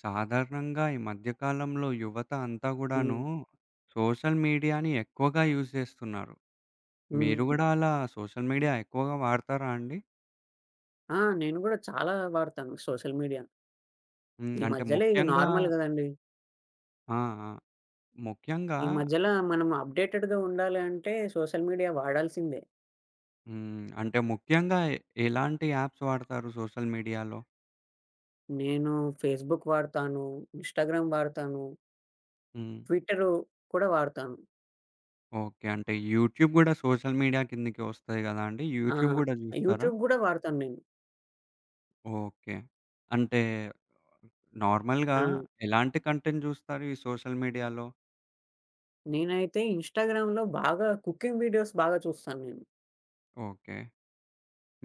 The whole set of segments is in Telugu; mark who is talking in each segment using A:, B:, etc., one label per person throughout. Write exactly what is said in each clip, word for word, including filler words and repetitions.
A: సాధారణంగా ఈ మధ్య కాలంలో యువత అంతా గూడాను
B: హ్మ్.
A: సోషల్ మీడియాని ఎక్కువగా యూజ్ చేస్తున్నారు. మీరు
B: హ్మ్.
A: గూడా అలా సోషల్ మీడియా ఎక్కువగా వాడతారా అండి?
B: ఆ! నేను గూడా చాలా వాడతాను సోషల్ మీడియా.
A: హ్మ్.
B: ఈ
A: అంటే
B: మధ్యలో ఇది
A: ముఖ్యంగా
B: నార్మల్ గదండీ.
A: ఆ! ఆ! ముఖ్యంగా
B: ఈ మధ్యలో మనం అప్‌డేటెడ్‌గా ఉండాలి అంటే సోషల్ మీడియా వాడాల్సిందే.
A: హ్మ్. అంటే ముఖ్యంగా ఎ ఎలాంటి యాప్స్ వాడతారు సోషల్ మీడియాలో?
B: నేను ఫేస్‌బుక్ వాడతాను, ఇన్‌స్టాగ్రామ్ వాడతాను,
A: హ్మ్.
B: ట్విట్టరు కూడా వాడతాను.
A: ఓకే. అంటే యూట్యూబ్ గూడా సోషల్ మీడియా కిందకే వస్తది గదా అండి.
B: ఆ!
A: యూట్యూబ్ గూడా జూస్తారా?
B: యూట్యూబ్ గూడా వాడతాను నేను.
A: ఓకే. అంటే నార్మల్‌గా
B: ఆ!
A: ఎలాంటి కంటెంట్ జూస్తారు ఈ సోషల్ మీడియాలో?
B: నేనైతే ఇన్‌స్టాగ్రామ్‌లో బాగా కుకింగ్ వీడియోస్ బాగా చూస్తాను నేను.
A: ఓకే.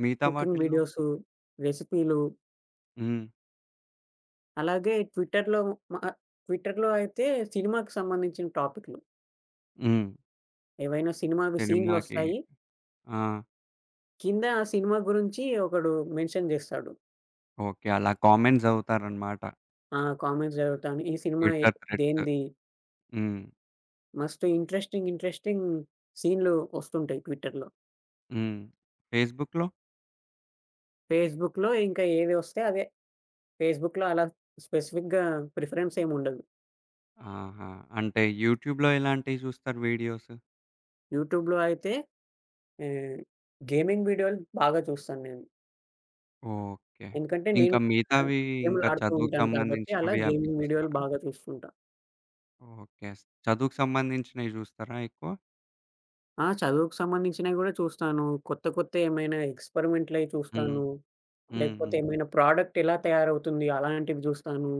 A: మిగతా
B: కుకింగ్
A: వాటిల్లో
B: వీడియోసు, రెసిపీలు
A: హ్మ్.
B: అలాగే ట్విట్టర్‌లో మ ట్విట్టర్‌లో అయితే సినిమాకి సంబంధించిన టాపిక్‌లు.
A: హ్మ్.
B: ఏవైనా సినిమావి
A: సినిమాకి.
B: సీన్‌లొస్తాయి.
A: ఆ!
B: కింద ఆ సినిమా గురించి ఒకడు మెన్షన్ జేస్తాడు.
A: ఓకే. అలా కామెంట్స్ చదువుతారనమాట.
B: ఆ! కామెంట్స్ చదువుతాను. ఈ సినిమా ఎ
A: ట్విట్టర్ థ్రెడ్స్.
B: దేనిది?
A: హ్మ్.
B: మస్తు ఇంట్రెస్టింగ్, ఇంట్రెస్టింగ్ సీన్‌లు వస్తుంటాయి ట్విట్టర్‌లో.
A: హ్మ్. ఫేస్‌బుక్‌లో?
B: ఫేస్‌బుక్‌లో ఇంకా ఏది వస్తే అదే. ఫేస్‌బుక్‌లో అలా స్పెసిఫిక్‌గా ప్రిఫరెన్స్ ఏముండదు.
A: ఆహా! అంటే యూట్యూబ్‌లో ఎలాంటివి చూస్తారు వీడియోస్?
B: యూట్యూబ్‌లో అయితే ఆహ్, గేమింగ్ వీడియోలు బాగా చూస్తాను నేను.
A: ఓకే.
B: ఎందుకంటే నేను
A: ఇంకా
B: కూడా
A: మిగతావి
B: గేమ్‌లు
A: ఇంకా
B: ఆడుతూ
A: చదువుకు
B: ఉంటాను కాబట్టి అలా
A: సంబంధించినవి అవి
B: గేమింగ్ వీడియోలు
A: చూస్తారా?
B: బాగా చూస్తుంటా.
A: ఓకే. స్ చదువుకు సంబంధించినవి చూస్తారా ఎక్కువ?
B: ఆ! చదువుకు సంబంధించినవి గూడా చూస్తాను. కొత్త కొత్త ఏమైనా ఎక్స్‌పెరిమెంట్‌లయి
A: హ్మ్.
B: చూస్తాను.
A: హ్మ్.
B: లేకపోతే
A: హ్మ్.
B: ఏమైనా ప్రోడక్ట్ ఎలా తయారవుతుంది అలాంటివి జూస్తాను.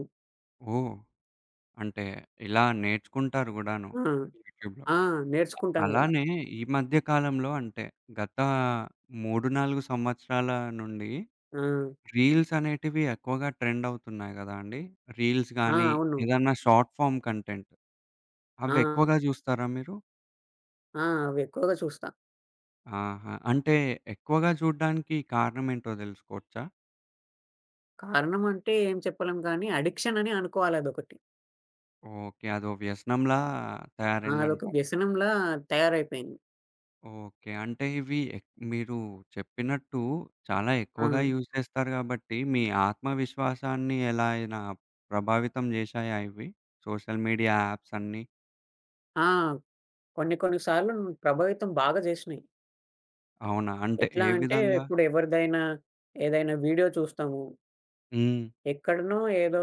A: ఓహ్! అంటే ఇలా నేర్చుకుంటారు గూడాను
B: ఆ!
A: యూట్యూబ్‌లో.
B: ఆ! నేర్చుకుంటాను గూడా.
A: అలానే ఈ మధ్య కాలంలో అంటే గత మూడు, నాలుగు సంవత్సరాల నుండి
B: ఆ!
A: రీల్స్ అనేటివి ఎక్కువగా ట్రెండ్ అవుతున్నాయి గదా అండి. రీల్స్
B: ఆ!
A: గానీ,
B: అవును.
A: ఏదన్నా షార్ట్ ఫార్మ్ కంటెంట్
B: ఆ!
A: అవెక్కువగా జూస్తారా మీరు?
B: ఆ! అవి ఎక్కువగా చూస్తా.
A: ఆహా! అంటే ఎక్కువగా చూడ్డానికి కారణమేంటో తెలుసుకోవచ్చా?
B: కారణం అంటే ఏం చెప్పలేం కానీ అడిక్షన్ అనే అనుకోవాలి అదొకటి.
A: ఓకే. అదో వ్యసనంలా
B: ఆ! అదొక
A: తయారైందంటారా?
B: వ్యసనంలా తయారైపోయింది.
A: ఓకే. అంటే ఇవి ఎక్ మీరు చెప్పినట్టు చాలా
B: ఆ!
A: ఎక్కువగా యూజ్ చేస్తారు గాబట్టి, మీ ఆత్మవిశ్వాసాన్ని ఎలా అయినా ప్రభావితం జేశాయా ఇవి? సోషల్ మీడియా యాప్స్ అన్నీ.
B: ఆ! కొన్ని కొన్ని సార్లు ప్రభావితం బాగా జేసినాయి.
A: అవునా? అంటే
B: ఎట్లా
A: ఏ
B: అంటే
A: విధంగా?
B: ఇప్పుడు ఎవరిదైనా ఏదైనా వీడియో చూస్తాము
A: హ్మ్.
B: ఎక్కడనో ఏదో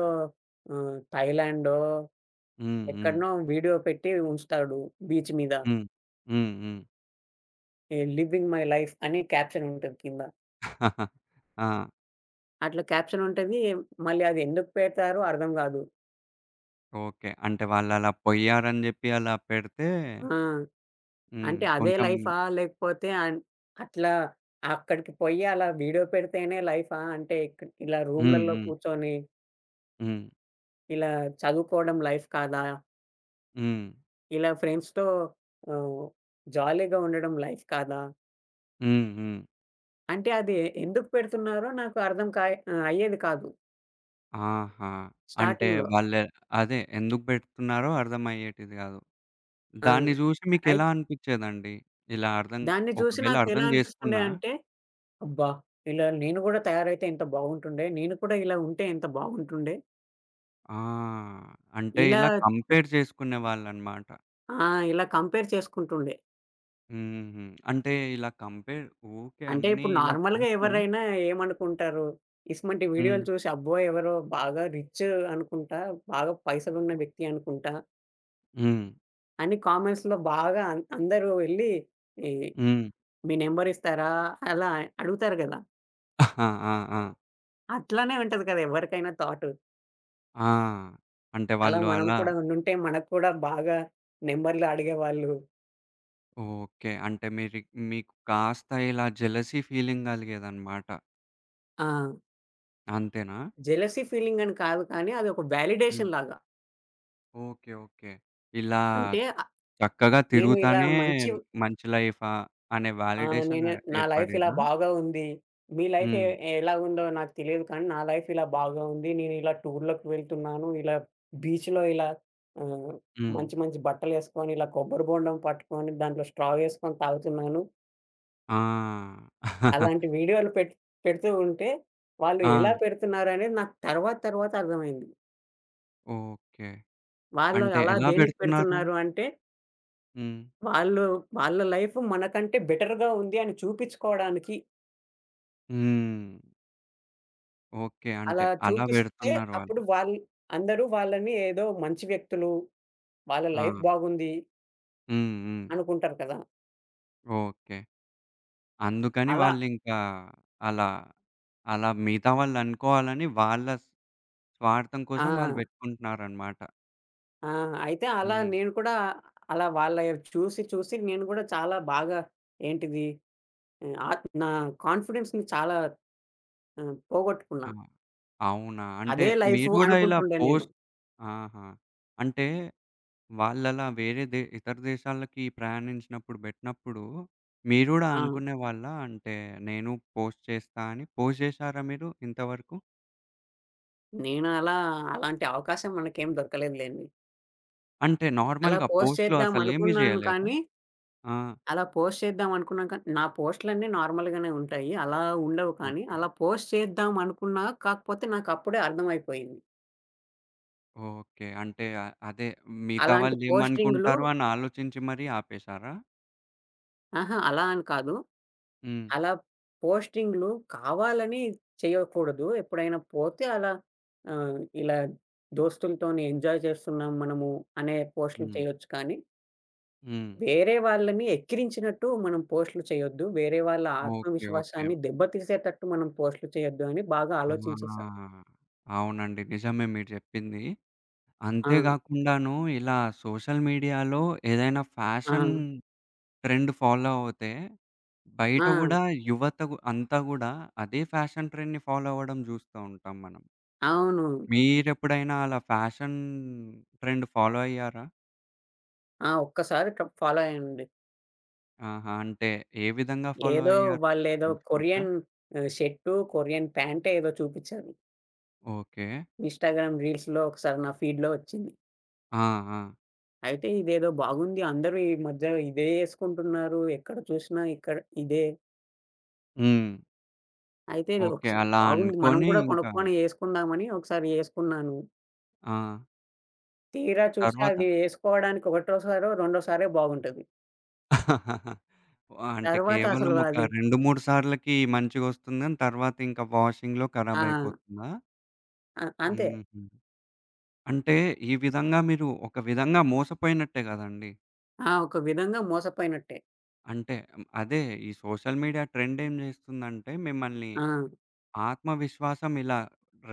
B: ఆహ్, థాయిలాండో
A: హ్మ్. హ్మ్.
B: ఎక్కడనో వీడియో పెట్టి ఉంచుతాడు బీచ్ మీద.
A: హ్మ్. హ్మ్. హ్మ్.
B: ఈ 'లివింగ్ మై లైఫ్' అని క్యాప్షన్ ఉంటది కింద.
A: ఆ!
B: అట్లా క్యాప్షన్ ఉంటది. మళ్ళీ అది ఎందుకు పెడతారో అర్థం కాదు.
A: ఓకే. అంటే వాళ్ళలా పొయ్యారని జెప్పి అలా పెడితే
B: ఆ!
A: హ్మ్.
B: అంటే అదే
A: కొంచెం
B: లైఫా? లేకపోతే అన్ అట్లా అక్కడికి పోయి అలా వీడియో పెడితేనే లైఫా? అంటే ఇక్ ఇలా
A: హ్మ్.
B: రూమ్‌లలో
A: హ్మ్.
B: కూర్చొని
A: హ్మ్.
B: ఇలా చదువుకోవడం లైఫ్ కాదా?
A: హ్మ్.
B: ఇలా ఫ్రెండ్స్‌తో ఆహ్, జాలీగా ఉండడం లైఫ్ కాదా?
A: హ్మ్. హ్మ్.
B: అంటే అది ఎందుకు పెడుతున్నారో నాకు అర్థం కాయ్ ఆహ్, అయ్యేది కాదు
A: ఆహా! అంటే
B: స్టార్టింగ్‌లో.
A: వాళ్ళే అదే ఎందుకు బెడుతున్నారో అర్థమయ్యేటిది గాదు.
B: ఆ!
A: దాన్ని జూసి
B: అయి
A: మీకెలా అనిపిచ్చేదండి? ఇలా అర్థం
B: దాన్ని చూసి
A: ఒకవేళ
B: నాకు
A: అర్థం
B: ఎలా అనిపిస్తుండే
A: జేసుకున్నా
B: అంటే, అబ్బా! ఇలా నేను కూడా తయారైతే ఎంత బాగుంటుండే. నేను కూడా ఇలా ఉంటే ఎంత బాగుంటుండే.
A: ఆ! అంటే
B: ఇలా
A: ఇలా కంపేర్ జేసుకునేవాళ్ళనమాట.
B: ఆ! ఇలా కంపేర్ చేసుకుంటుండే.
A: హుహు. అంటే ఇలా కంపేర్ ఊకే
B: అంటే
A: అన్నీ
B: ఇప్పుడు
A: ఇలా
B: నార్మల్‌గా
A: చూస్తూ
B: ఎవరైనా ఏమనుకుంటారు? ఇసుమంటి
A: హ్మ్.
B: వీడియోలు చూసి అబ్బో! ఎవరో బాగా రిచ్ అనుకుంటా, బాగా పైసలున్న వ్యక్తి అనుకుంటా
A: హ్మ్.
B: అని కామెంట్స్‌లో బాగా అం అందరూ వెళ్లి ఈ
A: హ్మ్.
B: మీ నంబర్ ఇస్తారా? అలా అడుగుతారు గదా!
A: ఆ! ఆ! ఆ!
B: అట్లానే ఉంటది కదా! ఎవరికైనా థాట్.
A: ఆ! అంటే
B: అలా
A: వాళ్ళు
B: మనం
A: అలా
B: కూడా ఉండుంటే మనకు కూడా బాగా నంబర్‌లు అడిగేవాళ్ళు.
A: ఓకే. అంటే మీరి మీకు కాస్త ఇలా జెలసీ ఫీలింగ్ గలిగేదనమాట.
B: ఆ!
A: అంతేనా?
B: జెలసీ ఫీలింగ్ అని కాదు కానీ అదొక
A: హ్మ్.
B: వాలిడేషన్ లాగా.
A: ఓకే. ఓకే. ఇలా
B: అంటే ఆహ్,
A: చక్కగా
B: నేను ఇలా
A: తిరుగుతానే
B: మంచి
A: మంచి లైఫా అనే
B: ఆ!
A: వాలిడేషన్
B: నేను నా లైఫ్ ఇలా
A: ఏర్పడేదా?
B: బాగా ఉంది. మీ లైఫ్ ఎ
A: హ్మ్.
B: ఎలా ఉందో నాకు తెలియదు కానీ నా లైఫ్ ఇలా బాగా ఉంది. నేను ఇలా టూర్‌లకు వెళ్తున్నాను. ఇలా బీచ్‌లో ఇలా ఆహ్,
A: హ్మ్.
B: మంచి మంచి బట్టలేసుకొని ఇలా కొబ్బరి బోండం పట్టుకొని దాంట్లో స్ట్రా వేసుకొని తాగుతున్నాను.
A: ఆ!
B: అలాంటి వీడియోలు పెట్ పెడుతూ ఉంటే, వాళ్ళు
A: ఆ!
B: ఎలా పెడుతున్నారనేది నాకు తర్వాత తర్వాత అర్థమైంది.
A: ఓకే.
B: వాళ్ళు
A: అంటే
B: అలా
A: ఎలా
B: దేనికి
A: పెడుతున్నారు?
B: పెడుతున్నారు అంటే,
A: హ్మ్.
B: వాళ్ళు వాళ్ళ లైఫ్ మనకంటే బెటర్‌గా ఉంది అని చూపించుకోవడానికి.
A: హ్మ్. ఓకే. అంటే
B: అలా
A: అలా
B: చూపిస్తే
A: పెడుతున్నారు వాళ్ళు.
B: అప్పుడు వాళ్ అందరూ వాళ్ళని ఏదో మంచి వ్యక్తులు, వాళ్ళ
A: ఆ!
B: లైఫ్ బాగుంది
A: హ్మ్. హ్మ్.
B: అనుకుంటారు కదా!
A: ఓకే. అందుకని
B: అలా
A: వాళ్ళింకా అలా, అలా మిగతా వాళ్ళనుకోవాలని వాళ్ళ స్వార్థం
B: ఆ!
A: కోసం వాళ్ళు పెట్టుకుంటున్నారనమాట.
B: ఆ! అయితే అలా
A: హ్మ్.
B: నేను కూడా అలా వాళ్ళవి చూసి చూసి నేను కూడా చాలా బాగా ఏంటిది ఆహ్, ఆహ్, నా కాన్ఫిడెన్స్‌ని చాలా ఆ! పోగొట్టుకున్నా.
A: ఆ! అవునా? అంటే
B: అదే
A: మీరు
B: లైఫు
A: గూడా ఇలా
B: అనుకుంటుండే నేను.
A: పోస్ట్ ఆహా! అంటే వాళ్ళలా వేరే దే ఇతర దేశాలకి ప్రయాణించినప్పుడు బెట్టినప్పుడు మీరు గూడా
B: ఆ!
A: అనుకునేవాళ్ళా? అంటే నేను పోస్ట్ చేస్తా అని. పోస్ట్ జేశారా మీరు ఇంతవరకు?
B: నేను అలా అలాంటి అవకాశం మనకేం దొరకలేదులెండి.
A: అంటే
B: అలా
A: నార్మల్‌గా
B: పోస్ట్
A: పోస్ట్‌లో
B: చేద్దాం
A: అసలేమి
B: అనుకున్నాను
A: జేయలేదా?
B: కానీ,
A: ఆ!
B: అలా పోస్ట్ చేద్దాం అనుకున్నాను కానీ, నా పోస్ట్‌లన్నీ నార్మల్‌గానే ఉంటాయి. అలా ఉండవు కానీ,
A: ఓకే.
B: అలా పోస్ట్ చేద్దాం అనుకున్నా కాకపోతే నాకప్పుడే అర్థమైపోయింది.
A: ఓకే. అంటే ఆహ్, అదే మిగతా
B: అలాంటి పోస్టింగ్‌లు
A: వాళ్ళేమనుకుంటారో అని ఆలోచించి మరీ ఆపేశారా?
B: అహా! అలా అని కాదు.
A: హ్మ్.
B: అలా పోస్టింగ్‌లు కావాలని చేయకూడదు. ఎప్పుడైనా పోతే అలా ఆహ్, ఇలా దోస్తులతోని ఎంజాయ్ చేస్తున్నాం మనము అనే పోస్టులు
A: హ్మ్.
B: చేయొచ్చు కానీ,
A: హ్మ్.
B: వేరే వాళ్ళని ఎక్కిరించినట్టు మనం పోస్టులు చేయొద్దు. వేరే వాళ్ళ
A: ఓకే. ఓకే.
B: ఆత్మవిశ్వాసాన్ని దెబ్బతీసేటట్టు మనం పోస్టులు చేయొద్దు అని బాగా ఆలోచించేసా.
A: ఆ! అవునండి. నిజమే మీరు జెప్పింది.
B: ఆ!
A: అంతే గాకుండాను ఇలా సోషల్ మీడియాలో ఏదైనా
B: ఆ!
A: ఫ్యాషన్ ట్రెండ్ ఫాలో అవుతే, బయట
B: ఆ!
A: గూడా యువత గు అంతా గూడా అదే ఫ్యాషన్ ట్రెండ్‌ని ఫాలో అవ్వడం జూస్తా ఉంటాం మనం.
B: అవును.
A: మీరెప్పుడైనా అలా ఫ్యాషన్ ట్రెండ్ ఫాలో అయ్యారా?
B: ఆ! ఒక్కసారి క ఫాలో అయ్యానండి.
A: ఆహా! అంటే ఏ విధంగా ఫాలో
B: ఏదో
A: అయ్యారు
B: వాళ్ళేదో
A: తెలుసుకోవచ్చా?
B: కొరియన్ ఆహ్, షర్టు, కొరియన్ ప్యాంటే ఏదో చూపిచ్చారు.
A: ఓకే.
B: ఇన్‌స్టాగ్రామ్ రీల్స్‌లో ఒకసారి నా ఫీడ్‌లో వచ్చింది.
A: ఆ! ఆ!
B: అయితే ఇదేదో బాగుంది. అందరూ ఈ మధ్య ఇదే యేసుకుంటున్నారు. ఎక్కడ చూసినా ఇక్కడ ఇదే.
A: హ్మ్.
B: అయితే
A: ఓకే.
B: ఒకసా
A: అలా
B: బాగుంది మనం
A: అనుకోని
B: కూడా
A: ఇంకా
B: కొనుక్కొని యేసుకుందామని ఒకసారి యేసుకున్నాను.
A: ఆ!
B: తీరా చూస్తే
A: తర్వాత?
B: అది యేసుకోవడానికి ఒకటోసారో, రెండోసారో బాగుంటది.
A: ఆ! అంటే
B: తర్వాత
A: కేవలం
B: అసలు
A: ఒక
B: అది
A: రెండు, మూడు సార్లకి మంచిగొస్తుంది గాని తర్వాత ఇంకా వాషింగ్‌లో
B: ఆ!
A: ఖరాబయిపోతుందా?
B: అ అంతే.
A: హుహు. అంటే ఈ విధంగా మీరు ఒక విధంగా మోసపోయినట్టే గదండీ.
B: ఆ! ఒక విధంగా మోసపోయినట్టే.
A: అంటే హ్మ్, అదే ఈ సోషల్ మీడియా ట్రెండ్ ఏం జేస్తుందంటే మిమ్మల్ని
B: ఆ!
A: ఆత్మవిశ్వాసం ఇలా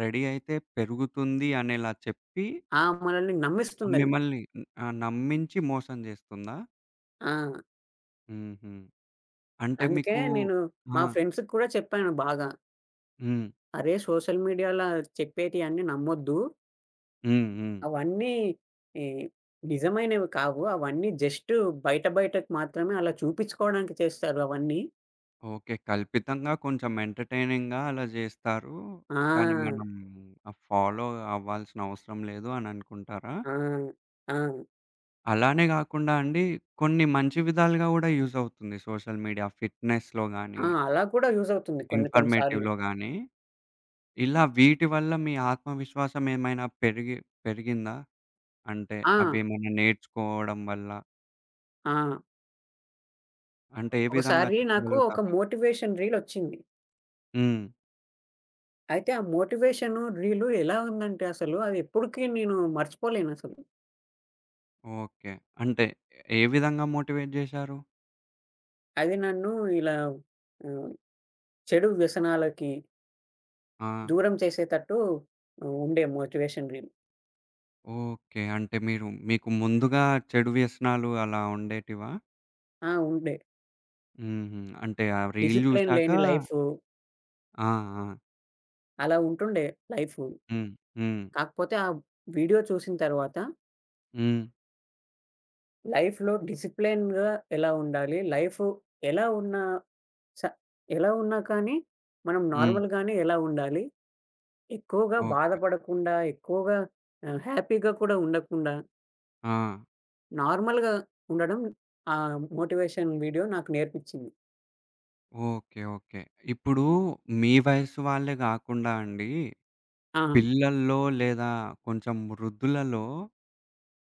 A: రెడీ అయితే పెరుగుతుంది అనేలా చెప్పి
B: ఆ! మనల్ని నమ్మిస్తుందది.
A: మిమ్మల్ని హ్మ్, ఆహ్, నమ్మించి మోసం జేస్తుందా?
B: ఆ!
A: హుహు. అంటే
B: అందుకే
A: మీకు
B: నేను
A: ఆ!
B: మా ఫ్రెండ్స్‌కి కూడా చెప్పాను బాగా.
A: హ్మ్.
B: "అరే! సోషల్ మీడియాలో చెప్పేటియన్నీ నమ్మొద్దు."
A: హ్మ్. హ్మ్.
B: అవన్నీ ఈ నిజమైనవి కావు. అవన్నీ జస్ట్ బయట బయటకి మాత్రమే అలా చూపించుకోవడానికి చేస్తారు అవన్నీ.
A: ఓకే. కల్పితంగా కొంచెం ఎంటర్‌టైనింగ్‌గా అలా జేస్తారు. కానీ
B: ఆ!
A: మనం ఆహ్, ఫాలో అవ్వాల్సిన అవసరం లేదు అని అనుకుంటారా?
B: ఆ! ఆ!
A: అలానే గాకుండా అండి కొన్ని మంచి విధాలుగా గూడా యూజ్ అవుతుంది సోషల్ మీడియా. ఫిట్‌నెస్‌లో గానీ,
B: ఆ! అలా కూడా యూజ్ అవుతుంది కొన్ని కొన్ని సార్లు.
A: ఇన్ఫర్మేటివ్‌లో గానీ, ఇలా వీటి వల్ల మీ ఆత్మవిశ్వాసం ఏమైనా పెరిగి పెరిగిందా? అంటే
B: ఆ!
A: అవేమైనా నేర్చుకోవడం వల్ల
B: ఆ!
A: అంటే ఏ విధంగా
B: ఒకసారి నాకు ఒక
A: చెప్పగలుగుతారా?
B: మోటివేషన్ రీల్ వచ్చింది.
A: హ్మ్.
B: అయితే ఆ మోటివేషన్ రీల్ ఎలా ఉందంటే అసలు అది ఎప్పటికి నేను మర్చిపోలేనసలు.
A: ఓకే. అంటే ఏ విధంగా మోటివేట్ జేశారు?
B: అది నన్ను ఇలా ఆహ్, చెడు వ్యసనాలకి
A: ఆ!
B: దూరం చేసేటట్టు ఉండే మోటివేషన్ రీల్.
A: ఓకే. అంటే మీరు మీకు ముందుగా చెడు వ్యసనాలు అలా ఉండేటివా?
B: ఆ! ఉండే.
A: హుహు. అంటే ఆ రీల్
B: డిసిప్లైన్
A: జూశాక
B: లేని లైఫు.
A: ఆ! ఆ!
B: అలా ఉంటుండే లైఫు.
A: హ్మ్. హ్మ్.
B: కాకపోతే ఆ వీడియో చూసిన తర్వాత
A: హ్మ్.
B: లైఫ్‌లో డిసిప్లైన్‌గా ఎలా ఉండాలి? లైఫ్ ఎలా ఉన్నా స ఎలా ఉన్నా కానీ మనం
A: హ్మ్.
B: నార్మల్‌గానే ఎలా ఉండాలి? ఎక్కువగా
A: ఓకే.
B: బాధపడకుండా, ఎక్కువగా ఆహ్, హ్యాపీగా కూడా ఉండకుండా
A: ఆ!
B: నార్మల్‌గా ఉండడం ఆ మోటివేషన్ వీడియో నాకు నేర్పించింది.
A: ఓకే. ఓకే. ఇప్పుడు మీ వయస్సు వాళ్ళే గాకుండా అండి,
B: ఆ!
A: పిల్లల్లో లేదా కొంచెం వృద్ధులలో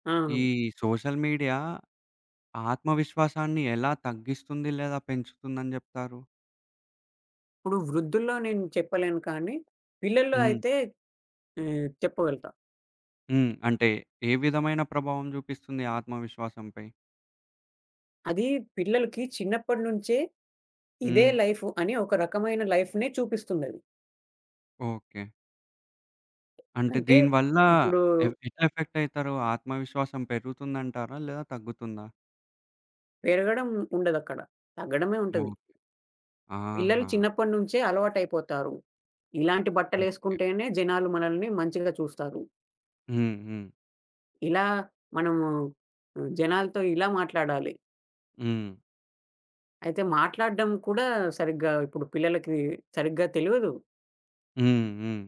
B: ఆ!
A: ఈ సోషల్ మీడియా ఆత్మవిశ్వాసాన్ని ఎలా తగ్గిస్తుంది లేదా పెంచుతుందని జెప్తారు?
B: ఇప్పుడు వృద్ధుల్లో నేను చెప్పలేను కానీ పిల్లల్లో
A: హ్మ్.
B: అయితే ఆహ్, చెప్పగలుగుతా.
A: హ్మ్. అంటే ఏ విధమైన ప్రభావం జూపిస్తుంది ఆత్మవిశ్వాసంపై?
B: అది పిల్లలకి చిన్నప్పటి నుంచే ఇదే
A: హ్మ్.
B: లైఫు అని ఒక రకమైన లైఫ్‌నే చూపిస్తుందది.
A: ఓకే. అంటే
B: అంటే
A: దీని వల్ల
B: ఇప్పుడు
A: ఎ ఎట్లా ఎఫెక్ట్ అయితారు? ఆత్మవిశ్వాసం పెరుగుతుందంటారా? లేదా తగ్గుతుందా?
B: పెరగడం ఉండదక్కడ. తగ్గడమే ఉంటది.
A: ఓకే.
B: పిల్లలు
A: ఆహా!
B: చిన్నప్పటి నుంచే అలవాటైపోతారు. ఇలాంటి
A: ఓకే.
B: బట్టలేసుకుంటేనే జనాలు మనల్ని మంచిగా చూస్తారు.
A: హ్మ్. హ్మ్.
B: ఇలా మనము హ్మ్, జనాలతో ఇలా మాట్లాడాలి.
A: హ్మ్.
B: అయితే మాట్లాడడం కూడా సరిగ్గా ఇప్పుడు పిల్లలకి సరిగ్గా తెలవదు.
A: హ్మ్. హ్మ్.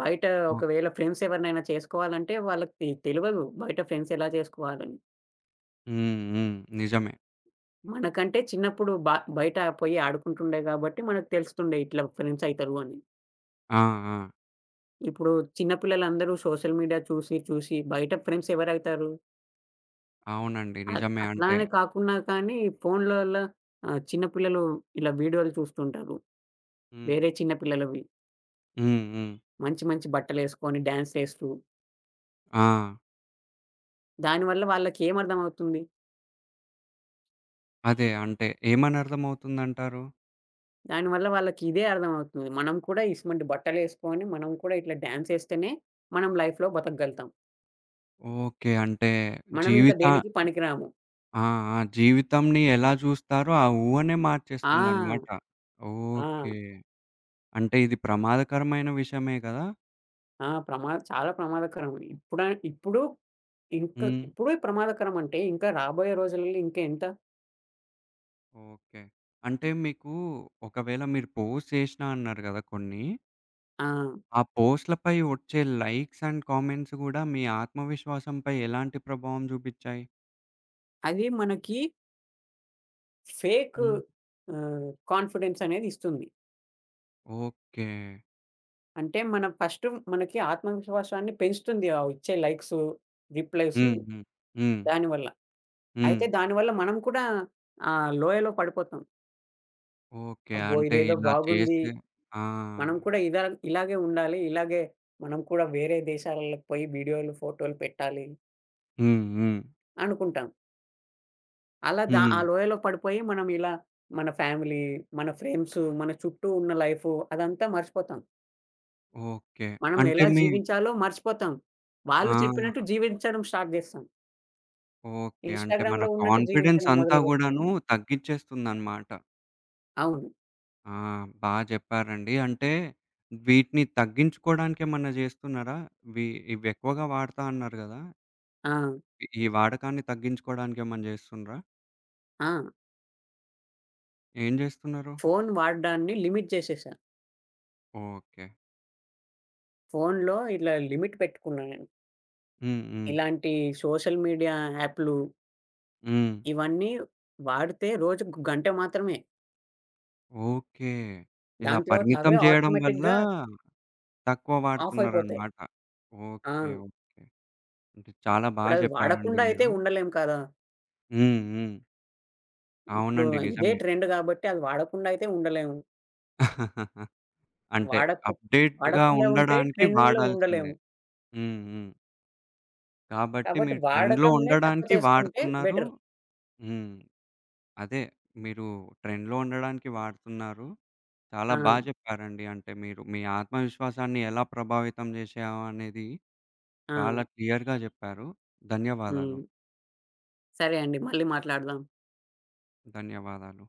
B: బయట
A: ఓకే.
B: ఒకవేళ ఫ్రెండ్స్ ఎవరినైనా చేసుకోవాలంటే వాళ్ళకి తెలవదు. బయట ఫ్రెండ్స్ ఎలా చేసుకోవాలని.
A: హ్మ్. హ్మ్. నిజమే.
B: మనకంటే చిన్నప్పుడు బ బయట పోయి ఆడుకుంటుండే గాబట్టి, మనకు తెలుస్తుండే ఇట్లా ఫ్రెండ్స్ అయితరు అని.
A: ఆ! ఆ!
B: ఇప్పుడు చిన్న పిల్లలందరూ సోషల్ మీడియా చూసి, చూసి బయట ఫ్రెండ్స్ ఎవరైతారు?
A: అవునండి.
B: అ
A: నిజమే.
B: అట్లా
A: అంటే
B: అని కాకున్నా కానీ ఫోన్లల్ల ఆహ్, చిన్న పిల్లలు ఇలా వీడియోలు చూస్తుంటారు.
A: హ్మ్.
B: వేరే చిన్న పిల్లలవి.
A: హ్మ్. హ్మ్.
B: మంచి, మంచి బట్టలేసుకొని డాన్స్‌లేస్తూ.
A: ఆ!
B: దానివల్ల వాళ్ళకేం అర్థమవుతుంది?
A: అదే. అంటే ఏమని అర్థమవుతుందంటారు?
B: దానివల్ల వాళ్ళకి ఇదే అర్థమవుతుంది. మనం కూడా ఇసుమంటి బట్టలేసుకొని, మనం కూడా ఇట్లా డాన్స్ ఏస్తేనే మనం లైఫ్‌లో బతకగలుగుతాం.
A: ఓకే. అంటే
B: మనం ఇంకా
A: జీవిత
B: దేనికి పనికిరాము.
A: ఆ! ఆ! జీవితంని ఎలా జూస్తారో ఆ ఊహనే
B: ఆ!
A: మార్చేస్తుందనమాట.
B: ఆ!
A: ఓకే. అంటే ఇది ప్రమాదకరమైన విషయమే కదా!
B: ఆ! ప్రమా చాలా ప్రమాదకరం. ఇప్పుడ ఇప్పుడు ఇంకా
A: హ్మ్.
B: ఇప్పుడే ప్రమాదకరం అంటే, ఇంకా రాబోయే రోజులలో ఇంకా ఎంత
A: ఓకే. అంటే మీకు ఒకవేళ మీరు పోస్ట్ చేసినా అన్నారు గదా! కొన్ని.
B: ఆ!
A: ఆ పోస్ట్‌లపై వచ్చే లైక్స్ అండ్ కామెంట్స్ గూడా మీ ఆత్మవిశ్వాసంపై ఎలాంటి ప్రభావం చూపిచ్చాయి?
B: అది మనకి ఫేక్
A: హ్మ్.
B: ఆహ్, కాన్ఫిడెన్స్ అనేది ఇస్తుంది.
A: ఓకే.
B: అంటే మనం ఫస్ట్ మనకి ఆత్మవిశ్వాసాన్ని పెంచుతుంది. ఆ వచ్చే లైక్సు, రిప్లైసు
A: హ్మ్. హ్మ్. హ్మ్.
B: దానివల్ల.
A: హ్మ్.
B: అయితే దానివల్ల మనం కూడా ఆ లోయలో పడిపోతాం.
A: ఓకే.
B: అబ్బో!
A: అంటే
B: ఇదేదో
A: ఇలా
B: బాగుంది
A: చేస్తే ఆ!
B: మనం కూడా ఇలా ఇలాగే ఉండాలి. ఇలాగే మనం కూడా వేరే దేశాలలోకి పోయి వీడియోలు, ఫోటోలు పెట్టాలి
A: హ్మ్. హ్మ్.
B: అనుకుంటాం. అలా దా ఆ
A: హ్మ్.
B: లోయలో పడిపోయి మనం ఇలా మన ఫ్యామిలీ, మన ఫ్రెండ్స్, మన చుట్టూ ఉన్న లైఫు అదంతా మర్చిపోతాం.
A: ఓకే.
B: మనం
A: అంటే
B: ఎలా
A: మీ
B: జీవించాలో మర్చిపోతాం.
A: ఆ!
B: వాళ్ళు చెప్పినట్టు జీవించడం స్టార్ట్ జేస్తాం.
A: ఓకే. అంటే మన
B: ఇన్‌స్టాగ్రామ్‌లో ఉన్నట్టు
A: కాన్ఫిడెన్స్
B: జీవించడం
A: అంతా
B: మొదలుపెడతాం
A: గూడాను
B: మనం.
A: తగ్గిచ్చేస్తుందన్నమాట.
B: అవును.
A: ఆ! బా జెప్పారండి. అంటే వీటిని తగ్గించుకోవడానికేమన్నా జేస్తున్నారా? వి ఇవెక్కువగా వాడతా అన్నారు గదా!
B: ఆ!
A: ఈ వాడకాన్ని తగ్గించుకోవడానికేమన్నా జేస్తుండ్రా?
B: ఆ!
A: ఏం జేస్తున్నారు?
B: ఫోను వాడడాన్ని లిమిట్ జేసేశా.
A: ఓకే.
B: ఫోనులో ఇట్లా లిమిట్ పెట్టుకున్నా నేను.
A: హ్మ్. హ్మ్.
B: ఇలాంటి సోషల్ మీడియా యాప్‌లు
A: హ్మ్.
B: ఇవన్నీ వాడితే రోజుకు గంట మాత్రమే.
A: ఓకే. ఇలా
B: దాని తర్వాత
A: పరిమితం
B: అవే
A: జేయడం వల్ల
B: ఆటోమేటిక్‌గా
A: తక్కువ
B: ఆఫ్ అయిపోతాయి.
A: వాడుతున్నారనమాట.
B: ఆ!
A: ఓకే. ఓకే. అంటే చాలా బా
B: ఇప్పుడవి
A: జెప్పారండి
B: వాడకుండా అయితే
A: మీరు.
B: ఉండలేం కదా!
A: హ్మ్. హ్మ్.
B: ఇప్పుడు
A: అవునండి.
B: ఇదే
A: నిజమే.
B: ట్రెండ్ గాబట్టి అది వాడకుండా అయితే ఉండలేము.
A: అంటే
B: వాడకు
A: అప్‌డేట్‌గా
B: వాడకుండా ఉంటే
A: ఉండడానికి
B: ట్రెండింగ్‌లో
A: వాడాల్సిందే.
B: ఉండలేము.
A: హ్మ్. హ్మ్. కాబట్టి
B: కాబట్టి
A: మీరు ట్రెండ్‌లో
B: వాడకంనే తక్కువ
A: ఉండడానికి
B: చేసుకుంటే
A: వాడుతున్నారు.
B: బెటర్.
A: హ్మ్. అదే మీరు ట్రెండ్‌లో ఉండడానికి వాడుతున్నారు. చాలా
B: ఆ!
A: బా చెప్పారండి. అంటే మీరు మీ ఆత్మవిశ్వాసాన్ని ఎలా ప్రభావితం చేశావు అనేది
B: ఆ!
A: చాలా క్లియర్‌గా చెప్పారు. ధన్యవాదాలు.
B: హ్మ్. సరే అండి. మళ్ళీ మాట్లాడదాం.
A: ధన్యవాదాలు.